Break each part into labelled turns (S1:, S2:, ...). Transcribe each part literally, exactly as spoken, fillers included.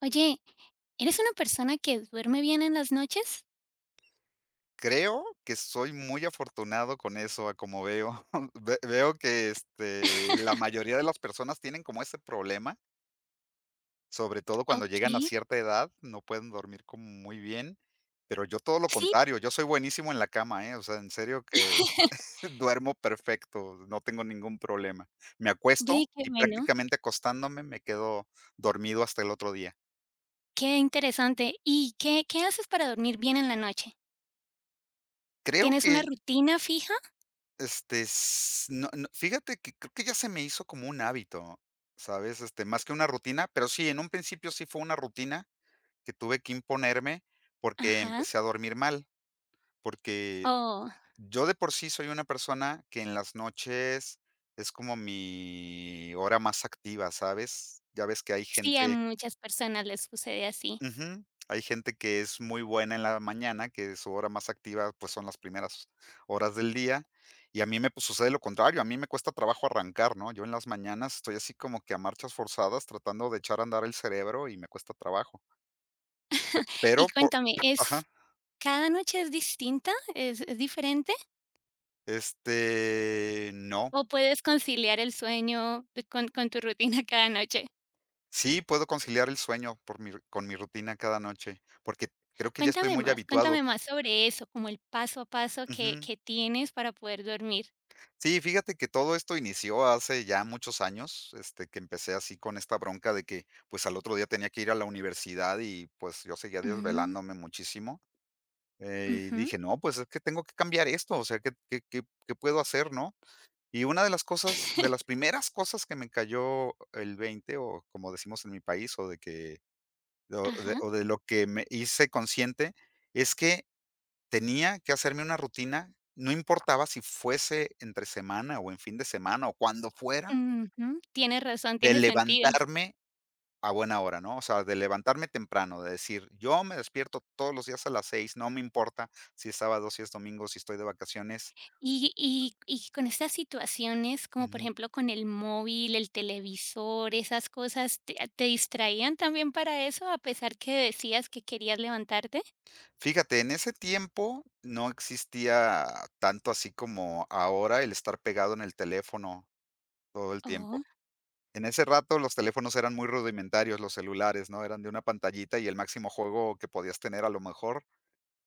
S1: Oye, ¿eres una persona que duerme bien en las noches?
S2: Creo que soy muy afortunado con eso, a como veo. Ve veo que, este, la mayoría de las personas tienen como ese problema, sobre todo cuando llegan a
S1: Okey,
S2: cierta edad, no pueden dormir como muy bien, pero yo todo lo
S1: sí.
S2: contrario, yo soy buenísimo en la cama, ¿eh? O sea, en serio que duermo perfecto, no tengo ningún problema. Me
S1: Ve,
S2: acuesto
S1: qué
S2: y
S1: bueno,
S2: prácticamente acostándome me quedo dormido hasta el otro día.
S1: qué interesante. ¿Y qué qué haces para dormir bien en la noche?
S2: Creo
S1: ¿Tienes una
S2: que
S1: rutina fija?
S2: Este, s no no, fíjate que creo que ya se me hizo como un hábito, ¿sabes? Este, más que una rutina, pero sí, en un principio sí fue una rutina que tuve que imponerme porque
S1: Ajá.
S2: empecé a dormir mal, porque
S1: Oh,
S2: yo de por sí soy una persona que en las noches es como mi hora más activa, ¿sabes? Ya ves que hay
S1: sí, a
S2: gente.
S1: muchas personas les sucede así.
S2: Ujú. Hay gente que es muy buena en la mañana, que su hora más activa, pues, son las primeras horas del día, y a mí me, pues, sucede lo contrario, a mí me cuesta trabajo arrancar, ¿no? Yo en las mañanas estoy así como que a marchas forzadas tratando de echar a andar el cerebro y me cuesta trabajo.
S1: Y
S2: Pero por
S1: cuéntame, ¿es
S2: Ajá.
S1: cada noche es distinta? ¿Es es diferente?
S2: Este, no.
S1: ¿O puedes conciliar el sueño, eh, con con tu rutina cada noche?
S2: Sí, puedo conciliar el sueño por mi con mi rutina cada noche, porque creo que ya estoy
S1: Cuéntame
S2: muy
S1: más,
S2: habituado.
S1: cuéntame más sobre eso, como el paso a paso que que tienes para poder dormir.
S2: Sí, fíjate que todo esto inició hace ya muchos años, este, que empecé así con esta bronca de que, pues, al otro día tenía que ir a la universidad y, pues, yo seguía
S1: Mm,
S2: desvelándome muchísimo, eh, y
S1: ujú.
S2: dije: "No, pues, es que tengo que cambiar esto, o sea, ¿qué qué qué qué puedo hacer?", ¿no? Y una de las cosas de las primeras cosas que me cayó el veinte o como decimos en mi país, o de que o de
S1: Ajá,
S2: o de lo que me hice consciente, es que tenía que hacerme una rutina, no importaba si fuese entre semana o en fin de semana o cuando fuera,
S1: ujú. Tienes razón,
S2: de
S1: tiene sentido.
S2: levantarme a buena hora, ¿no? O sea, de levantarme temprano, de decir, yo me despierto todos los días a las seis, no me importa si es sábado, si es domingo, si estoy de vacaciones.
S1: Y y y con estas situaciones, como por
S2: Ujú.
S1: ejemplo con el móvil, el televisor, esas cosas, ¿te te distraían también para eso, a pesar que decías que querías levantarte?
S2: Fíjate, en ese tiempo no existía tanto así como ahora el estar pegado en el teléfono todo el
S1: Oh,
S2: tiempo. En ese rato los teléfonos eran muy rudimentarios, los celulares, ¿no? Eran de una pantallita y el máximo juego que podías tener a lo mejor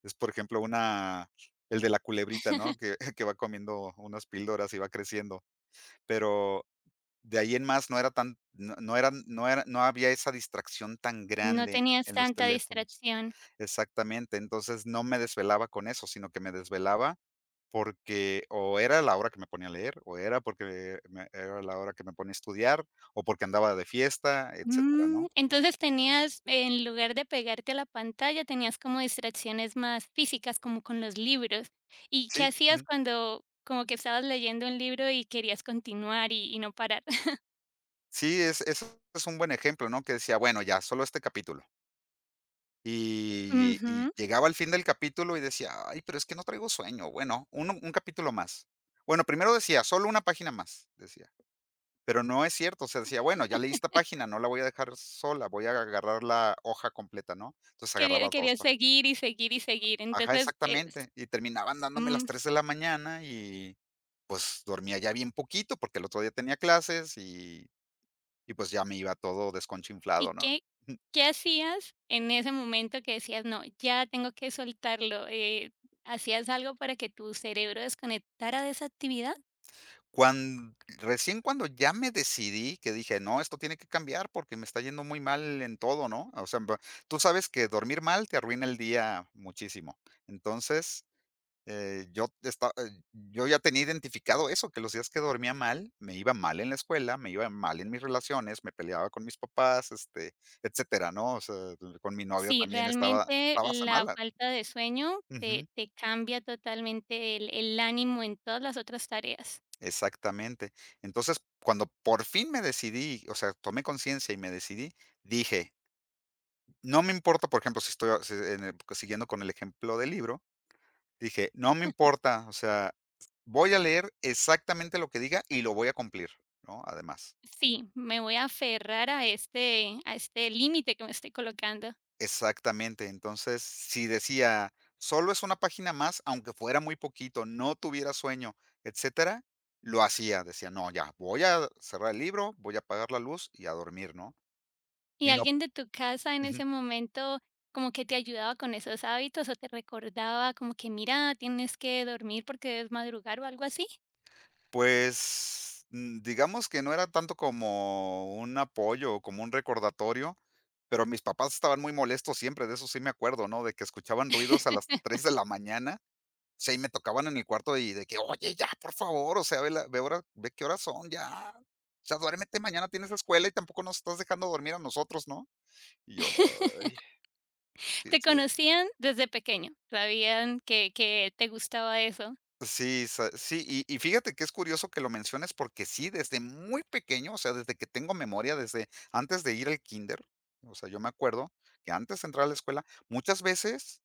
S2: es, por ejemplo, una el de la culebrita, ¿no? Que que va comiendo unas píldoras y va creciendo. Pero de ahí en más no era tan no no eran no era no había esa distracción tan
S1: no
S2: grande
S1: tenías
S2: en los
S1: tanta
S2: teléfonos.
S1: distracción.
S2: Exactamente, entonces no me desvelaba con eso, sino que me desvelaba porque o era la hora que me ponía a leer, o era porque me era la hora que me ponía a estudiar, o porque andaba de fiesta, etcétera,
S1: Mm,
S2: ¿no?
S1: entonces tenías, en lugar de pegarte a la pantalla, tenías como distracciones más físicas, como con los libros. ¿Y qué
S2: Sí,
S1: hacías
S2: ujú.
S1: cuando como que estabas leyendo un libro y querías continuar y, y no parar?
S2: Sí, es eso es un buen ejemplo, ¿no? Que decía, bueno, ya, solo este capítulo. Y
S1: Ujú.
S2: y llegaba al fin del capítulo y decía: "Ay, pero es que no traigo sueño". Bueno, uno un capítulo más. Bueno, primero decía: "Solo una página más", decía. Pero no es cierto, o sea, decía: "Bueno, ya leí esta página, no la voy a dejar sola, voy a agarrar la hoja completa", ¿no? Entonces
S1: Quería-
S2: agarraba dos
S1: querías
S2: páginas.
S1: seguir y seguir y seguir.
S2: Ajá,
S1: Entonces, es-
S2: exactamente. Y terminaban dándome
S1: mm,
S2: las tres de la mañana y, pues, dormía ya bien poquito, porque el otro día tenía clases y y, pues, ya me iba todo
S1: ¿y
S2: desconchinflado, ¿no?
S1: qué, qué hacías en ese momento que decías, no, ya tengo que soltarlo? Eh, ¿Hacías algo para que tu cerebro desconectara de esa actividad?
S2: cuando recién cuando ya me decidí, que dije: "No, esto tiene que cambiar porque me está yendo muy mal en todo", ¿no? O sea, ba- tú sabes que dormir mal te arruina el día muchísimo. Entonces, Eh, yo esta eh, yo ya tenía identificado eso, que los días que dormía mal, me iba mal en la escuela, me iba mal en mis relaciones, me peleaba con mis papás, este, etcétera, ¿no? O sea, con mi novio
S1: Sí,
S2: también estaba
S1: realmente
S2: estaba hasta
S1: la
S2: mala.
S1: falta de sueño te,
S2: Ujú,
S1: te cambia totalmente el, el ánimo en todas las otras tareas.
S2: exactamente. Entonces, cuando por fin me decidí, o sea, tomé conciencia y me decidí, dije: "No me importa", por ejemplo, si estoy si en el siguiendo con el ejemplo del libro, dije: "No me importa, o sea, voy a leer exactamente lo que diga y lo voy a cumplir", ¿no? Además.
S1: Sí, me voy a aferrar a este, a este límite que me estoy colocando.
S2: Exactamente. Entonces, si decía: "Solo es una página más", aunque fuera muy poquito, no tuviera sueño, etcétera, lo hacía. Decía: "No, ya, voy a cerrar el libro, voy a apagar la luz y a dormir", ¿no?
S1: ¿Y
S2: Y no.
S1: alguien de tu casa en
S2: Ujú.
S1: ese momento como que te ayudaba con esos hábitos o te recordaba como que mira, tienes que dormir porque debes madrugar o algo así?
S2: Pues, mm, digamos que no era tanto como un apoyo o como un recordatorio, pero mis papás estaban muy molestos siempre, de eso sí me acuerdo, ¿no? De que escuchaban ruidos a las tres de la mañana. Sí, me tocaban en el cuarto y de que: "Oye, ya, por favor, o sea, ve la ve hora ve qué horas son, ya. O sea, duérmete, mañana tienes la escuela y tampoco nos estás dejando dormir a nosotros", ¿no? Y yo: "Ay, sí es
S1: ¿Te
S2: cierto".
S1: conocían desde pequeño? ¿Sabían que, que te gustaba eso?
S2: Sí, sa sí, y y fíjate que es curioso que lo menciones, porque sí, desde muy pequeño, o sea, desde que tengo memoria, desde antes de ir al kinder, o sea, yo me acuerdo que antes de entrar a la escuela, muchas veces,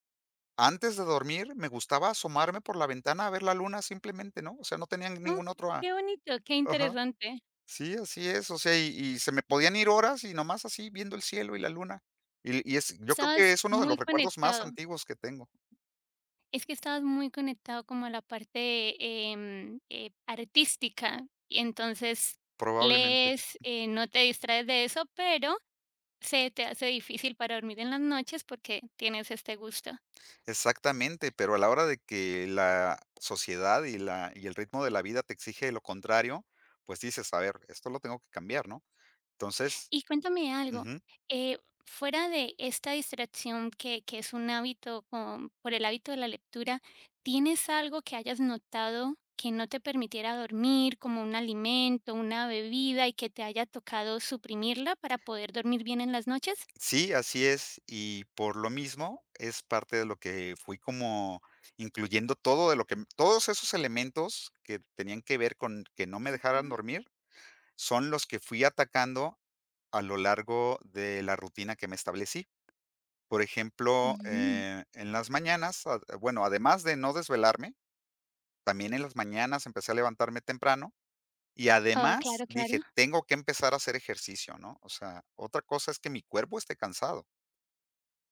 S2: antes de dormir, me gustaba asomarme por la ventana a ver la luna simplemente, ¿no? O sea, no tenían
S1: Mm,
S2: ningún otro a
S1: qué bonito, qué
S2: ajá.
S1: interesante.
S2: Sí, así es, o sea, y y se me podían ir horas y nomás así viendo el cielo y la luna. Y y es Yo creo que
S1: Estabas
S2: es uno de
S1: muy
S2: los recuerdos más
S1: conectado.
S2: antiguos que tengo,
S1: Es que estabas muy conectado como a la parte em, eh, artística. Y entonces
S2: probablemente.
S1: lees, eh, no te distraes de eso, pero se te hace difícil para dormir en las noches porque tienes este gusto.
S2: Exactamente, pero a la hora de que la sociedad y la y el ritmo de la vida te exige lo contrario, pues dices: "A ver, esto lo tengo que cambiar", ¿no? Entonces,
S1: Y cuéntame algo,
S2: ujú,
S1: eh, fuera de esta distracción que, que es un hábito con- por el hábito de la lectura, ¿tienes algo que hayas notado que no te permitiera dormir, como un alimento, una bebida, y que te haya tocado suprimirla para poder dormir bien en las noches?
S2: sí, así es, y por lo mismo es parte de lo que fui como incluyendo todo de lo que todos esos elementos que tenían que ver con que no me dejaran
S1: Ujú.
S2: dormir, son los que fui atacando a lo largo de la rutina que me establecí. Por ejemplo,
S1: Mm,
S2: eh, en las mañanas, a- bueno, además de no desvelarme, también en las mañanas empecé a levantarme temprano y
S1: oh,
S2: además
S1: claro, claro.
S2: dije, tengo que empezar a hacer ejercicio, ¿no? O sea, otra cosa es que mi cuerpo esté cansado.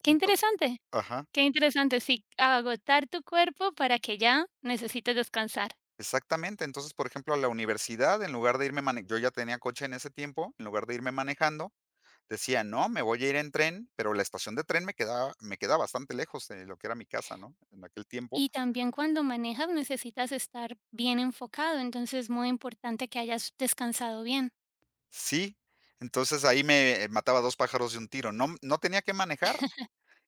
S1: Qué
S2: Ento-
S1: interesante,
S2: ajá,
S1: qué interesante, sí, agotar tu cuerpo para que ya necesites descansar.
S2: exactamente. Entonces, por ejemplo, a la universidad, en lugar de irme manejando, yo ya tenía coche en ese tiempo, en lugar de irme manejando, decía: "No, me voy a ir en tren", pero la estación de tren me quedaba me queda bastante lejos de lo que era mi casa, ¿no? En aquel tiempo.
S1: Y también cuando manejas necesitas estar bien enfocado, entonces es muy importante que hayas descansado bien.
S2: Sí, entonces ahí me eh, mataba dos pájaros de un tiro. No no tenía que manejar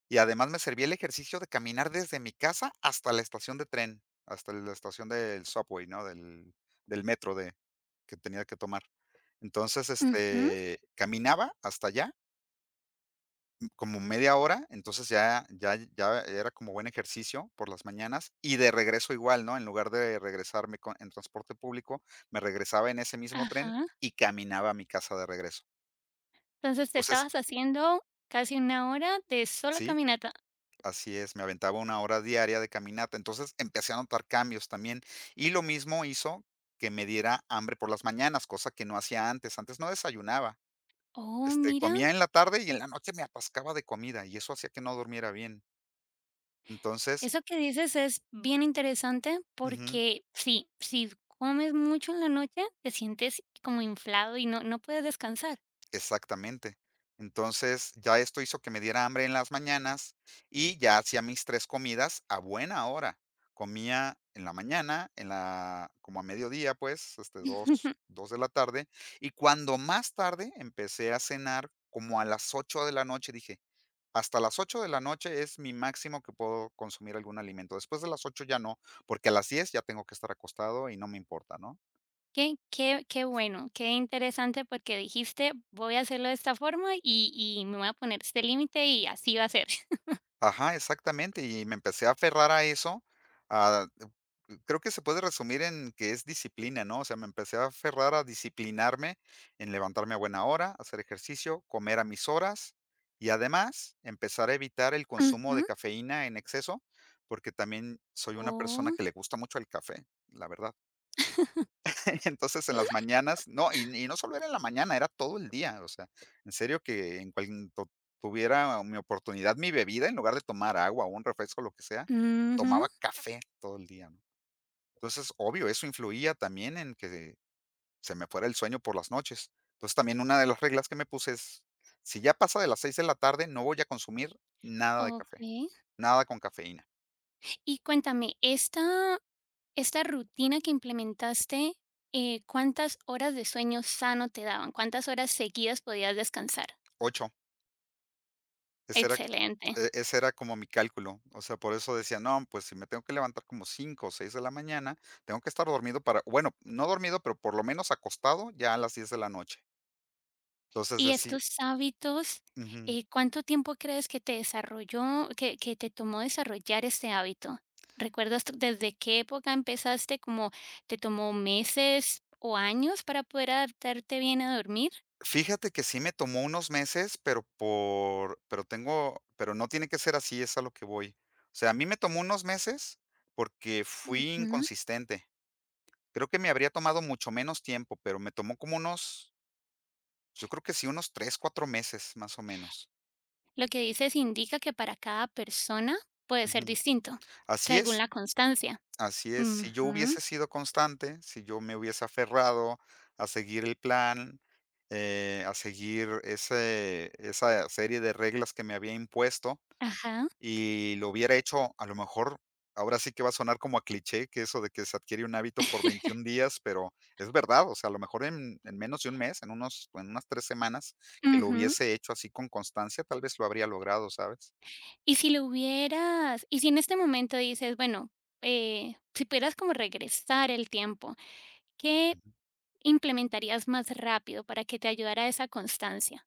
S2: y además me servía el ejercicio de caminar desde mi casa hasta la estación de tren, hasta la estación del Subway, ¿no? Del del metro de que tenía que tomar. Entonces,
S1: Ujú,
S2: este, caminaba hasta allá como media hora, entonces ya, ya, ya era como buen ejercicio por las mañanas y de regreso igual, ¿no? En lugar de regresarme con- en transporte público, me regresaba en ese mismo tren
S1: ajá.
S2: y caminaba a mi casa de regreso.
S1: Entonces te
S2: Entonces,
S1: estabas haciendo casi una hora de solo
S2: sí,
S1: caminata.
S2: así es, me aventaba una hora diaria de caminata, entonces empecé a notar cambios también y lo mismo hizo que me diera hambre por las mañanas, cosa que no hacía antes, antes no desayunaba.
S1: Oh,
S2: Este,
S1: mira,
S2: comía en la tarde y en la noche me atascaba de comida y eso hacía que no durmiera bien. Entonces,
S1: eso que dices es bien interesante
S2: ujú.
S1: porque sí, si comes mucho en la noche, te sientes como inflado y no, no puedes descansar.
S2: Exactamente. Entonces, ya esto hizo que me diera hambre en las mañanas y ya hacía mis tres comidas a buena hora. Comía en la mañana, en la como a mediodía, pues, este, dos dos de la tarde, y cuando más tarde empecé a cenar, como a las ocho de la noche, dije: "Hasta las ocho de la noche es mi máximo que puedo consumir algún alimento". Después de las ocho ya no, porque a las diez ya tengo que estar acostado y no me importa, ¿no?
S1: Qué, qué, qué bueno, qué interesante porque dijiste, voy a hacerlo de esta forma y, y me voy a poner este límite y así va a ser.
S2: Ajá, exactamente, y me empecé a aferrar a eso, a eh, creo que se puede resumir en que es disciplina, ¿no? O sea, me empecé a aferrar a disciplinarme en levantarme a buena hora, hacer ejercicio, comer a mis horas y además empezar a evitar el consumo de
S1: Ujú.
S2: cafeína en exceso, porque también soy una persona
S1: Oh,
S2: que le gusta mucho el café, la verdad. Entonces, en las mañanas no, y y no solo era en la mañana, era todo el día, o sea, en serio que en cuanto tuviera mi oportunidad, mi bebida, en lugar de tomar agua o un refresco, lo que sea,
S1: ujú.
S2: tomaba café todo el día, ¿no? Entonces, obvio, eso influía también en que se me fuera el sueño por las noches. Entonces, también una de las reglas que me puse es, si ya pasa de las seis de la tarde, no voy a consumir nada de café,
S1: Okey.
S2: nada con cafeína.
S1: Y cuéntame, esta esta rutina que implementaste, eh, ¿cuántas horas de sueño sano te daban? ¿Cuántas horas seguidas podías descansar?
S2: Ocho. Esa era
S1: Excelente.
S2: E ese era como mi cálculo. O sea, por eso decía: "No, pues, si me tengo que levantar como cinco o seis de la mañana, tengo que estar dormido para bueno, no dormido, pero por lo menos acostado ya a las diez de la noche". Entonces,
S1: Y
S2: decía.
S1: estos hábitos,
S2: Ujú.
S1: eh, ¿cuánto tiempo crees que te desarrolló que que te tomó desarrollar este hábito? ¿Recuerdas tú desde qué época empezaste? ¿Como te tomó meses o años para poder adaptarte bien a dormir?
S2: Fíjate que sí me tomó unos meses, pero por pero tengo pero no tiene que ser así, es a lo que voy. O sea, a mí me tomó unos meses porque fui inconsistente. Creo que me habría tomado mucho menos tiempo, pero me tomó como unos, yo creo que sí, unos tres, cuatro meses, más o menos.
S1: Lo que dices indica que para cada persona puede ser
S2: Ujú.
S1: distinto,
S2: Así
S1: según
S2: es.
S1: la constancia.
S2: Así es, si yo
S1: Ujú,
S2: hubiese sido constante, si yo me hubiese aferrado a seguir el plan, eh, a seguir ese esa serie de reglas que me había impuesto
S1: ajá,
S2: y lo hubiera hecho, a lo mejor, ahora sí que va a sonar como a cliché, que eso de que se adquiere un hábito por veintiún días, pero es verdad, o sea, a lo mejor en en menos de un mes, en unos en unas tres semanas, que lo
S1: ujú.
S2: hubiese hecho así con constancia, tal vez lo habría logrado, ¿sabes?
S1: Y si lo hubieras y si en este momento dices, bueno, eh, si pudieras como regresar el tiempo, ¿qué implementarías más rápido para que te ayudara esa constancia?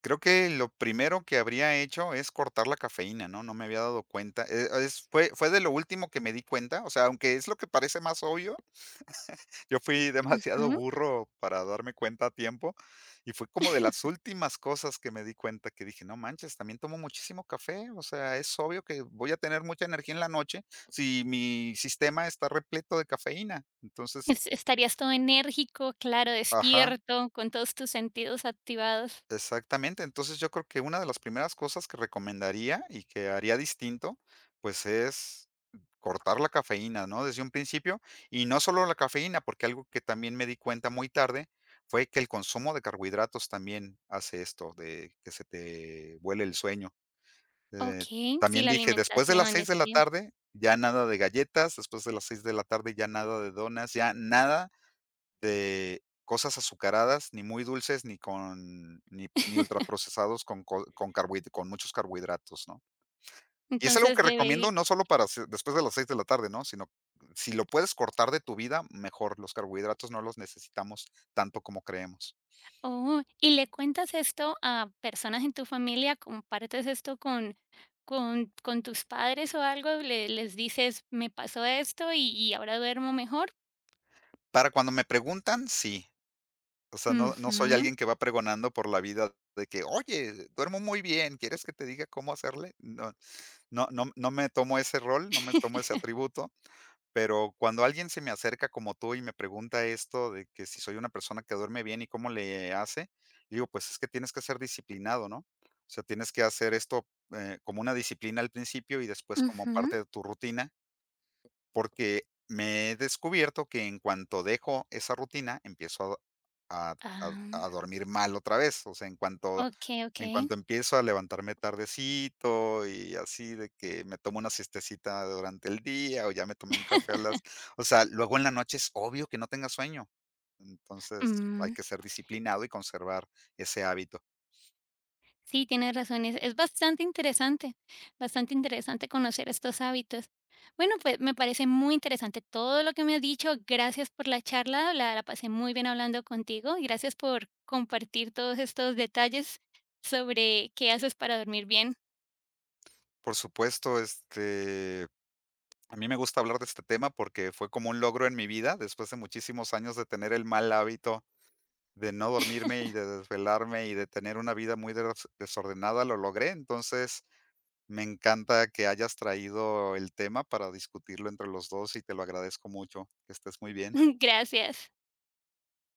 S2: Creo que lo primero que habría hecho es cortar la cafeína, ¿no? No me había dado cuenta. Eh, es fue fue de lo último que me di cuenta, o sea, aunque es lo que parece más obvio, yo fui demasiado
S1: Ujú.
S2: burro para darme cuenta a tiempo, y fue como de las últimas cosas que me di cuenta que dije: "No manches, también tomo muchísimo café", o sea, es obvio que voy a tener mucha energía en la noche si mi sistema está repleto de cafeína. Entonces.
S1: Es ¿estarías todo enérgico, claro,
S2: Ajá.
S1: despierto, con todos tus sentidos activados?
S2: Exactamente. Entonces, yo creo que una de las primeras cosas que recomendaría y que haría distinto, pues, es cortar la cafeína, ¿no?, desde un principio, y no solo la cafeína, porque algo que también me di cuenta muy tarde fue que el consumo de carbohidratos también hace esto de que se te vuele el sueño. Eh,
S1: Okey, sí,
S2: también
S1: la
S2: dije: "Después de las
S1: alimentación
S2: seis
S1: es
S2: de la
S1: que
S2: tarde, ya nada de galletas, después de las seis de la tarde, ya nada de donas, ya nada de cosas azucaradas, ni muy dulces, ni con ni ni ultraprocesados con co con carbohi con muchos carbohidratos, ¿no?". Y es algo
S1: entonces
S2: que
S1: debe
S2: recomiendo no solo para se después de las seis de la tarde, ¿no? Sino, si lo puedes cortar de tu vida, mejor. Los carbohidratos no los necesitamos tanto como creemos.
S1: oh, ¿y le cuentas esto a personas en tu familia? ¿Compartes esto con con con tus padres o algo? ¿Le les dices: "Me pasó esto y y ahora duermo mejor"?
S2: Para cuando me preguntan, sí. O sea, no no soy
S1: Ujú.
S2: alguien que va pregonando por la vida de que: "Oye, duermo muy bien, ¿quieres que te diga cómo hacerle?". No no no no me tomo ese rol, no me tomo ese atributo. Pero cuando alguien se me acerca como tú y me pregunta esto de que si soy una persona que duerme bien y cómo le hace, digo, pues es que tienes que ser disciplinado, ¿no? O sea, tienes que hacer esto eh, como una disciplina al principio y después como
S1: Ujú.
S2: parte de tu rutina, porque me he descubierto que en cuanto dejo esa rutina, empiezo a a
S1: Ah,
S2: a dormir mal otra vez. O sea, en cuanto
S1: okey,
S2: en
S1: okey.
S2: cuanto empiezo a levantarme tardecito y así de que me tomo una siestecita durante el día, o ya me tomé un café a las o sea, luego en la noche es obvio que no tenga sueño. Entonces, hay
S1: Mm.
S2: que ser disciplinado y conservar ese hábito.
S1: Sí, tienes razón, es es bastante interesante, bastante interesante conocer estos hábitos. Bueno, pues me parece muy interesante todo lo que me has dicho. Gracias por la charla, la, la pasé muy bien hablando contigo y gracias por compartir todos estos detalles sobre qué haces para dormir bien.
S2: Por supuesto, este a mí me gusta hablar de este tema porque fue como un logro en mi vida después de muchísimos años de tener el mal hábito de no dormirme y de desvelarme y de tener una vida muy des- desordenada, lo logré. Entonces, me encanta que hayas traído el tema para discutirlo entre los dos y te lo agradezco mucho. Que estés muy bien.
S1: Gracias.